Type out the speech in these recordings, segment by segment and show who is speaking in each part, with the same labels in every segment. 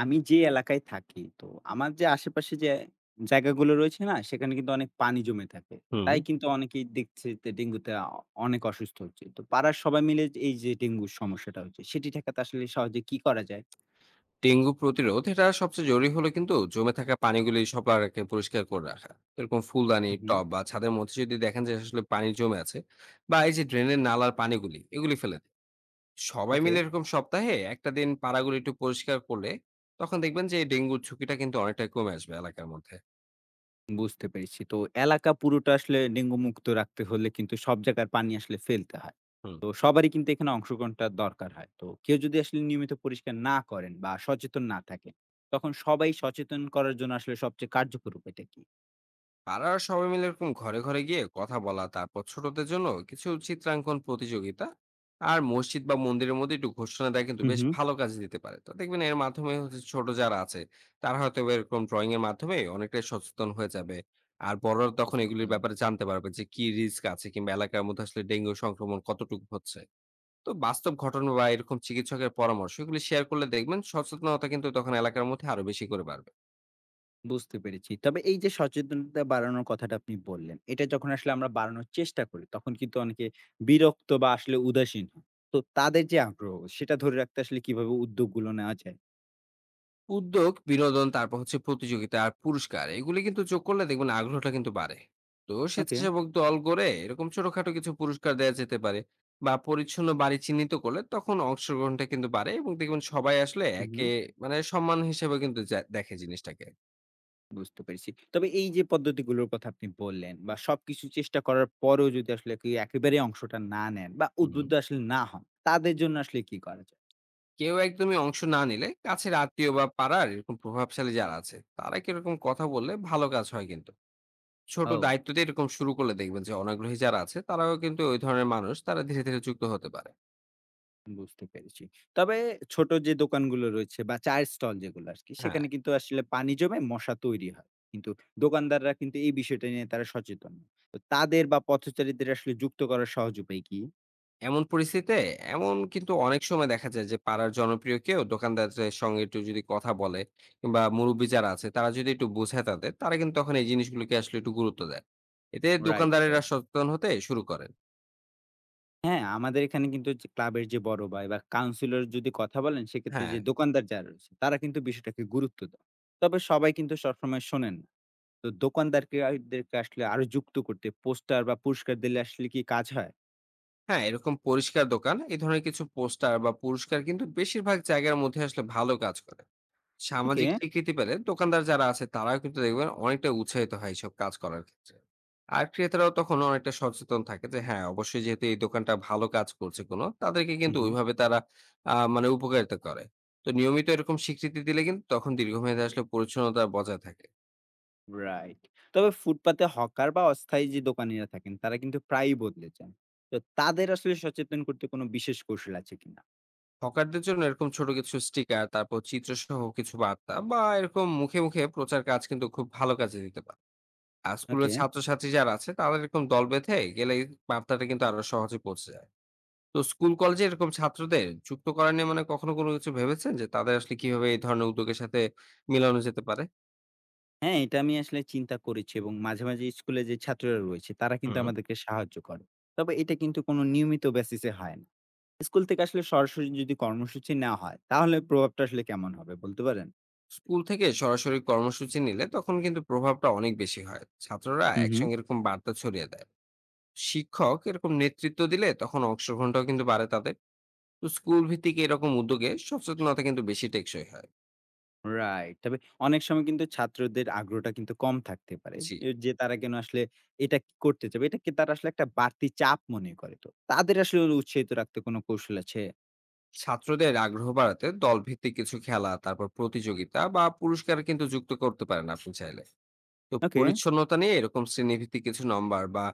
Speaker 1: আমি যে এলাকায় থাকি তো আমার যে আশেপাশে যে জায়গাগুলো রয়েছে না সেখানে কিন্তু অনেক পানি জমে থাকে।
Speaker 2: হুম।
Speaker 1: তাই কিন্তু অনেকেই দেখছে যে ডেঙ্গুতে অনেক অসুস্থ হচ্ছে। তো পাড়ার সবাই মিলে যে এই যে ডেঙ্গুর সমস্যাটা হচ্ছে সেটি ঠেকাতে আসলে সহজে কি করা যায়?
Speaker 2: ডেঙ্গু প্রতিরোধ এটা সবচেয়ে জরুরি হলো কিন্তু জমে থাকা পানিগুলি সবারকে পরিষ্কার করে রাখা এরকম ফুলদানি
Speaker 1: হু, হুম।
Speaker 2: টব বা ছাদের মধ্যে যদি দেখেন যে আসলে পানি জমে আছে বা এই যে ড্রেনের নালার পানিগুলি এগুলি ফেলে দিন। সবাই
Speaker 1: ওকে,
Speaker 2: মিলে এরকম সপ্তাহে একটা দিন পাড়াগুলি একটু পরিষ্কার করলে তখন দেখবেন যে এই ডেঙ্গুর ঝুঁকিটা কিন্তু অনেকটাই কমে আসবে এলাকার মধ্যে।
Speaker 1: বুঝতে পেরেছি। তো এলাকা পুরোটা আসলে ডেঙ্গু মুক্ত রাখতে হলে কিন্তু সব জায়গার পানি আসলে ফেলতে হয়।
Speaker 2: হুম।
Speaker 1: তো সবারই কিন্তু এখানে অংশগ্রহণটা দরকার হয়। তো কেউ যদি আসলে নিয়মিত পরিষ্কার না করেন বা সচেতন না থাকেন, তখন সবাই সচেতন করার জন্য আসলে সবচেয়ে কার্যকর উপায়টা কি?
Speaker 2: পাড়ার সবাই মিলে এরকম ঘরে ঘরে গিয়ে কথা বলা, তারপর ছোটদের জন্য কিছু চিত্রাঙ্কন প্রতিযোগিতা, আর মসজিদ বা মন্দিরের মধ্যে একটু ঘোষণা দেয় কিন্তু
Speaker 1: হু,
Speaker 2: বেশ
Speaker 1: হু।
Speaker 2: ভালো কাজ দিতে পারে। তো দেখবেন এর মাধ্যমে হচ্ছে ছোট যারা আছে তারা হয়তো বা এরকম ড্রয়িং এর মাধ্যমে অনেকটাই সচেতন হয়ে যাবে। আর বড়রা তখন
Speaker 1: বুঝতে
Speaker 2: এগুলির
Speaker 1: পারলাম।
Speaker 2: ব্যাপারে জানতে পারবে যে কি রিস্ক আছে কিংবা এলাকার মধ্যে আসলে ডেঙ্গু সংক্রমণ কতটুকু হচ্ছে। তো বাস্তব ঘটনা বা এরকম চিকিৎসকের পরামর্শ এগুলি শেয়ার করলে দেখবেন সচেতনতা কিন্তু তখন এলাকার মধ্যে আরো বেশি করে বাড়বে।
Speaker 1: বুঝতে পেরেছি। তবে এই যে সচেতনতা বাড়ানোর কথাটা আপনি বললেন, এটা যখন আসলে আমরা বাড়ানোর চেষ্টা করি, তখন কিন্তু অনেকে বিরক্ত বা আসলে উদাসীন হয়। তো তাদের যে আগ্রহ, সেটা ধরে রাখতে আসলে কিভাবে উদ্যোগগুলো নেওয়া যায়?
Speaker 2: উদ্যোগ, বিনোদন, তারপর হচ্ছে প্রতিযোগিতা আর পুরস্কার এগুলি কিন্তু যোগ করলে দেখবেন আগ্রহটা কিন্তু বাড়ে। তো
Speaker 1: ওকে,
Speaker 2: স্বেচ্ছাসেবক দল গড়ে এরকম ছোটখাটো কিছু পুরস্কার দেয়া যেতে পারে, বা পরিচ্ছন্ন বাড়ি চিহ্নিত করলে তখন অংশগ্রহণটা কিন্তু বাড়ে এবং দেখবেন সবাই আসলে
Speaker 1: হু, হু।
Speaker 2: একে মানে সম্মান হিসেবে কিন্তু যা দেখে জিনিসটাকে।
Speaker 1: বুঝতে পেরেছি। তবে এই যে পদ্ধতিগুলোর কথা আপনি বললেন বা সবকিছু চেষ্টা করার পরেও যদি আসলে কেউ একেবারে অংশটা না নেন বা
Speaker 2: হুম।
Speaker 1: উদ্বুদ্ধ আসলে না হন, তাদের জন্য আসলে কি করা যায়?
Speaker 2: কেউ একদমই অংশ না নিলে কাছের আত্মীয় বা পাড়ার এরকম প্রভাবশালী যারা আছে তারা কিরকম কথা বললে ভালো কাজ হয় কিন্তু। ছোট
Speaker 1: ও।
Speaker 2: দায়িত্ব দিয়ে এরকম শুরু করলে দেখবেন যে অনাগ্রহী যারা আছে তারাও কিন্তু ওই ধরনের মানুষ তারা ধীরে, ধীরে যুক্ত হতে পারে।
Speaker 1: বুঝতে পেরেছি। তবে ছোট যে দোকানগুলো রয়েছে বা চায়ের স্টল যেগুলো আরকি,
Speaker 2: হ্যাঁ,
Speaker 1: সেখানে কিন্তু আসলে পানি জমে মশা তৈরি হয়। কিন্তু দোকানদাররা কিন্তু এই বিষয়টা নিয়ে তারা সচেতন না। তো তাদের বা পথচারীদের আসলে যুক্ত করার সহজ উপায় কি?
Speaker 2: এমন পরিস্থিতিতে এমন কিন্তু অনেক সময় দেখা যায় যে পাড়ার জনপ্রিয় কেউ দোকানদারদের সঙ্গে একটু যদি কথা বলে কিংবা মুরব্বি যারা আছে তারা যদি একটু বোঝায় তাদের, তারা কিন্তু তখন এই জিনিসগুলোকে আসলে একটু গুরুত্ব দেয়। এতে
Speaker 1: রাইট,
Speaker 2: দোকানদারেরা
Speaker 1: রাইট।
Speaker 2: সচেতন হতে শুরু করেন।
Speaker 1: হ্যাঁ, আমাদের এখানে কিন্তু যে ক্লাবের যে বড় ভাই বা কাউন্সিলর যদি কথা বলেন, সেক্ষেত্রে
Speaker 2: হ্যাঁ।
Speaker 1: যে দোকানদার যারা রয়েছে, তারা কিন্তু বিষয়টাকে গুরুত্ব দেয়। তবে সবাই কিন্তু সবসময় শোনেন না। তো দোকানদারকে আ দেরকে আসলে আরো যুক্ত করতে পোস্টার বা পুরস্কার দিলে আসলে কি কাজ হয়?
Speaker 2: হ্যাঁ, এরকম পরিষ্কার দোকান এই ধরনের কিছু পোস্টার বা পুরস্কার কিন্তু বেশিরভাগ জায়গার মধ্যে আসলে ভালো কাজ করে।
Speaker 1: ওকে।
Speaker 2: সামাজিক স্বীকৃতি পেলে দোকানদার যারা আছে তারাও কিন্তু দেখবেন অনেকটা উৎসাহিত হয় এইসব কাজ করার ক্ষেত্রে। আর ক্রেতারাও তখন অনেকটা সচেতন থাকে যে হ্যাঁ অবশ্যই যেহেতু এই দোকানটা ভালো কাজ করছে, কোনো তাদেরকে
Speaker 1: হু,
Speaker 2: কিন্তু
Speaker 1: হু।
Speaker 2: ওইভাবে তারা মানে উপকারিতা করে। তো নিয়মিত এরকম স্বীকৃতি দিলে কিন্তু তখন দীর্ঘমেয়াদে আসলে পরিচ্ছন্নতা বজায় থাকে।
Speaker 1: রাইট। তবে ফুটপাতে হকার বা অস্থায়ী যে দোকানিরা থাকেন, তারা কিন্তু প্রায়ই বদলে যান। তো তাদের আসলে সচেতন করতে কোনো বিশেষ কৌশল আছে কিনা?
Speaker 2: হকারদের জন্য এরকম ছোট কিছু স্টিকার, তারপর চিত্র সহ কিছু বার্তা বা এরকম মুখে মুখে প্রচার কাজ কিন্তু খুব ভালো কাজে দিতে পারে। আর স্কুলের
Speaker 1: ওকে।
Speaker 2: ছাত্রছাত্রী যারা আছে তাদের এরকম দল বেঁধে গেলে এই বার্তাটা কিন্তু আরো সহজে পৌঁছে যায়। তো স্কুল কলেজে এরকম ছাত্রদের যুক্ত করা নিয়ে মানে কখনো কোনো কিছু ভেবেছেন যে তাদের আসলে কিভাবে এই ধরনের উদ্যোগের সাথে মিলানো যেতে পারে?
Speaker 1: হ্যাঁ, এটা আমি আসলে চিন্তা করেছি এবং মাঝে, মাঝে স্কুলে যে ছাত্ররা রয়েছে তারা কিন্তু
Speaker 2: হুম।
Speaker 1: আমাদেরকে সাহায্য করে। তবে এটা কিন্তু কোনো নিয়মিত বেসিস এ হয় না। স্কুল থেকে আসলে সরাসরি যদি কর্মসূচি নেওয়া হয়, তাহলে প্রভাবটা আসলে কেমন হবে বলতে পারেন?
Speaker 2: স্কুল থেকে সরাসরি কর্মসূচি নিলে তখন কিন্তু প্রভাবটা অনেক বেশি হয়। ছাত্ররা
Speaker 1: হু, হু।
Speaker 2: একসঙ্গে এরকম বার্তা ছড়িয়ে দেয়। শিক্ষক এরকম নেতৃত্ব দিলে তখন অংশগ্রহণটাও কিন্তু বাড়ে তাদের। তো স্কুল ভিত্তিক এরকম উদ্যোগে সচেতনতা কিন্তু বেশি টেকসই হয়।
Speaker 1: রাইট। তবে অনেক সময় কিন্তু ছাত্রদের আগ্রহটা কিন্তু কম থাকতে পারে।
Speaker 2: জি।
Speaker 1: এ যে তারা কেন আসলে এটা কি করতে চাবে, এটাকে তারা আসলে একটা বাড়তি চাপ মনে করে তো। তাদের আসলে উৎসাহিত রাখতে কোনো কৌশল আছে?
Speaker 2: ছাত্রদের আগ্রহ বাড়াতে দলভিত্তিক কিছু খেলা, তারপর প্রতিযোগিতা বা পুরস্কার কিন্তু যুক্ত করতে পারেন আপনি চাইলে। তো
Speaker 1: ওকে।
Speaker 2: পরিচ্ছন্নতা নিয়ে এরকম শ্রেণীভিত্তিক কিছু নম্বর বা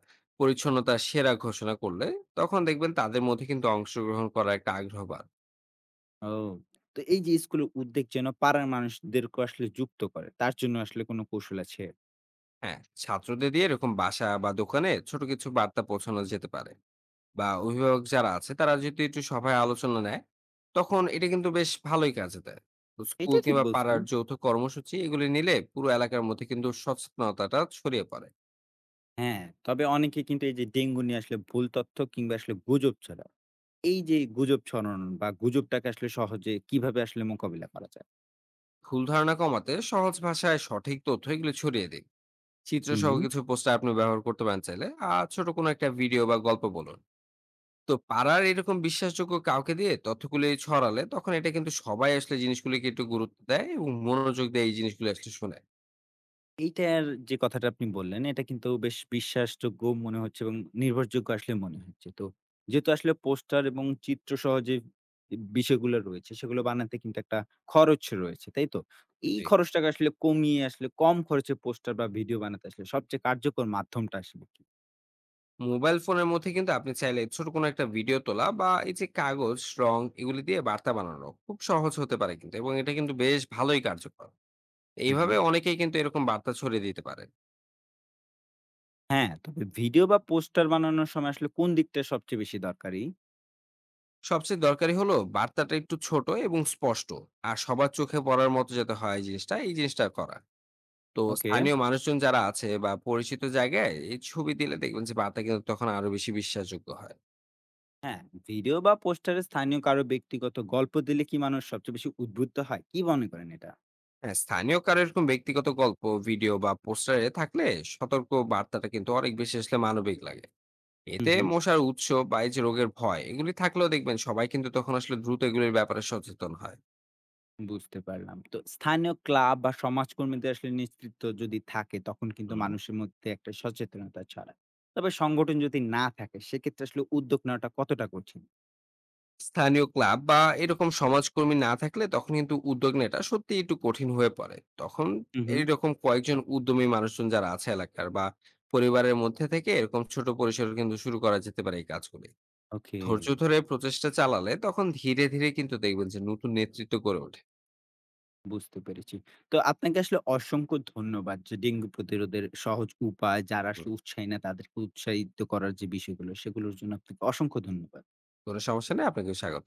Speaker 2: পরিচ্ছন্নতা সেরা ঘোষণা করলে তখন দেখবেন তাদের মধ্যে কিন্তু অংশগ্রহণ করার একটা আগ্রহ বাড়।
Speaker 1: ও! তো এই যে স্কুলের উদ্বেগ যেন পাড়ার মানুষদেরকে আসলে যুক্ত করে, তার জন্য আসলে কোনো কৌশল আছে?
Speaker 2: হ্যাঁ, ছাত্রদের দিয়ে এরকম বাসা বা দোকানে ছোট কিছু বার্তা পৌঁছানো যেতে পারে, বা অভিভাবক যারা আছে তারা যদি একটু সভায় আলোচনা নেয় তখন এটা কিন্তু বেশ ভালোই কাজে দেয়। তো স্কুল
Speaker 1: এটা ঠিক
Speaker 2: কিংবা
Speaker 1: বলছেন।
Speaker 2: পাড়ার যৌথ কর্মসূচি এগুলি নিলে পুরো এলাকার মধ্যে কিন্তু সচেতনতাটা ছড়িয়ে পড়ে।
Speaker 1: হ্যাঁ, তবে অনেকে কিন্তু এই যে ডেঙ্গু নিয়ে আসলে ভুল তথ্য কিংবা আসলে গুজব ছড়ায়। এই যে গুজব ছড়ানো বা গুজবটাকে আসলে সহজে কিভাবে আসলে মোকাবিলা করা যায়?
Speaker 2: ভুল ধারণা কমাতে সহজ ভাষায় সঠিক তথ্য এগুলো ছড়িয়ে দিন। চিত্রসহ
Speaker 1: হুম।
Speaker 2: কিছু পোস্টার আপনি ব্যবহার করতে পারেন চাইলে, আর ছোট কোনো একটা ভিডিও বা গল্প বলুন। তো পাড়ার এরকম বিশ্বাসযোগ্য কাউকে দিয়ে তথ্যগুলি ছড়ালে তখন এটা কিন্তু সবাই আসলে জিনিসগুলিকে একটু গুরুত্ব দেয় এবং মনোযোগ দেয় এই জিনিসগুলো আসলে শুনে।
Speaker 1: এইটার যে কথাটা আপনি বললেন, এটা কিন্তু বেশ বিশ্বাসযোগ্য মনে হচ্ছে এবং নির্ভরযোগ্য আসলে মনে হচ্ছে। তো যেহেতু আসলে পোস্টার এবং চিত্রসহ যে ই বিষয়গুলো রয়েছে, সেগুলো বানাতে কিন্তু একটা খরচ রয়েছে, তাই তো? এই
Speaker 2: জি।
Speaker 1: খরচটাকে আসলে কমিয়ে আসলে কম খরচে পোস্টার বা ভিডিও বানাতে আসলে সবচেয়ে কার্যকর মাধ্যমটা আসলে কি?
Speaker 2: মোবাইল ফোনের মধ্যে কিন্তু আপনি চাইলে ছোট কোনো একটা ভিডিও তোলা বা এই যে কাগজ রং এগুলি দিয়ে বার্তা বানানো খুব সহজ হতে পারে কিন্তু, এবং এটা কিন্তু বেশ ভালোই কার্যকর।
Speaker 1: হুম, হুম।
Speaker 2: এইভাবে অনেকেই কিন্তু এরকম বার্তা ছড়িয়ে দিতে পারে।
Speaker 1: হ্যাঁ, তবে ভিডিও বা পোস্টার বানানোর সময় আসলে কোন দিকটা সবচেয়ে বেশি দরকারি?
Speaker 2: সবচেয়ে দরকারি হলো বার্তাটা একটু ছোট এবং স্পষ্ট আর সবার চোখে পড়ার মতো যাতে হয়, এই জিনিসটা করা। তো
Speaker 1: ওকে।
Speaker 2: স্থানীয় মানুষজন যারা আছে বা পরিচিত জায়গায় এই ছবি দিলে দেখবেন যে বার্তা কিন্তু তখন আরো বেশি বিশ্বাসযোগ্য হয়।
Speaker 1: হ্যাঁ, ভিডিও বা পোস্টারে স্থানীয় কারো ব্যক্তিগত গল্প দিলে কি মানুষ সবচেয়ে বেশি উদ্বুদ্ধ হয়? কি মনে করেন এটা?
Speaker 2: হ্যাঁ, স্থানীয় কারো এরকম ব্যক্তিগত গল্প ভিডিও বা পোস্টারে থাকলে সতর্ক বার্তাটা কিন্তু অনেক বেশি আসলে মানবিক লাগে।
Speaker 1: হুম,
Speaker 2: এতে
Speaker 1: হুম।
Speaker 2: মশার উৎস বা এই যে রোগের ভয় এগুলি থাকলেও দেখবেন সবাই কিন্তু তখন আসলে দ্রুত এগুলির ব্যাপারে সচেতন হয়।
Speaker 1: বুঝতে পারলাম। তো স্থানীয় ক্লাব বা সমাজকর্মীদের আসলে নেতৃত্ব যদি থাকে তখন কিন্তু
Speaker 2: হুম।
Speaker 1: মানুষের মধ্যে একটা সচেতনতা ছড়ায়। তবে সংগঠন যদি না থাকে সেক্ষেত্রে আসলে উদ্যোগ নেওয়াটা কতটা কঠিন?
Speaker 2: স্থানীয় ক্লাব বা এরকম সমাজকর্মী না থাকলে তখন কিন্তু উদ্যোগ নেওয়াটা সত্যি একটু কঠিন হয়ে পড়ে তখন।
Speaker 1: হুম, হুম।
Speaker 2: এইরকম কয়েকজন উদ্যমী মানুষজন যারা আছে এলাকার বা পরিবারের মধ্যে থেকে এরকম ছোট পরিসরে কিন্তু শুরু করা যেতে পারে এই কাজগুলি।
Speaker 1: ওকে।
Speaker 2: ধৈর্য ধরে প্রচেষ্টা চালালে তখন ধীরে ধীরে কিন্তু দেখবেন যে নতুন নেতৃত্ব গড়ে ওঠে।
Speaker 1: বুঝতে পেরেছি। তো আপনাকে আসলে অসংখ্য ধন্যবাদ যে ডেঙ্গু প্রতিরোধের সহজ উপায় যারা
Speaker 2: হুম,
Speaker 1: আসলে উৎসাহী না তাদেরকে উৎসাহিত করার যে বিষয়গুলো সেগুলোর জন্য আপনাকে অসংখ্য ধন্যবাদ।
Speaker 2: কোনো সমস্যা নেই, আপনাকে স্বাগত।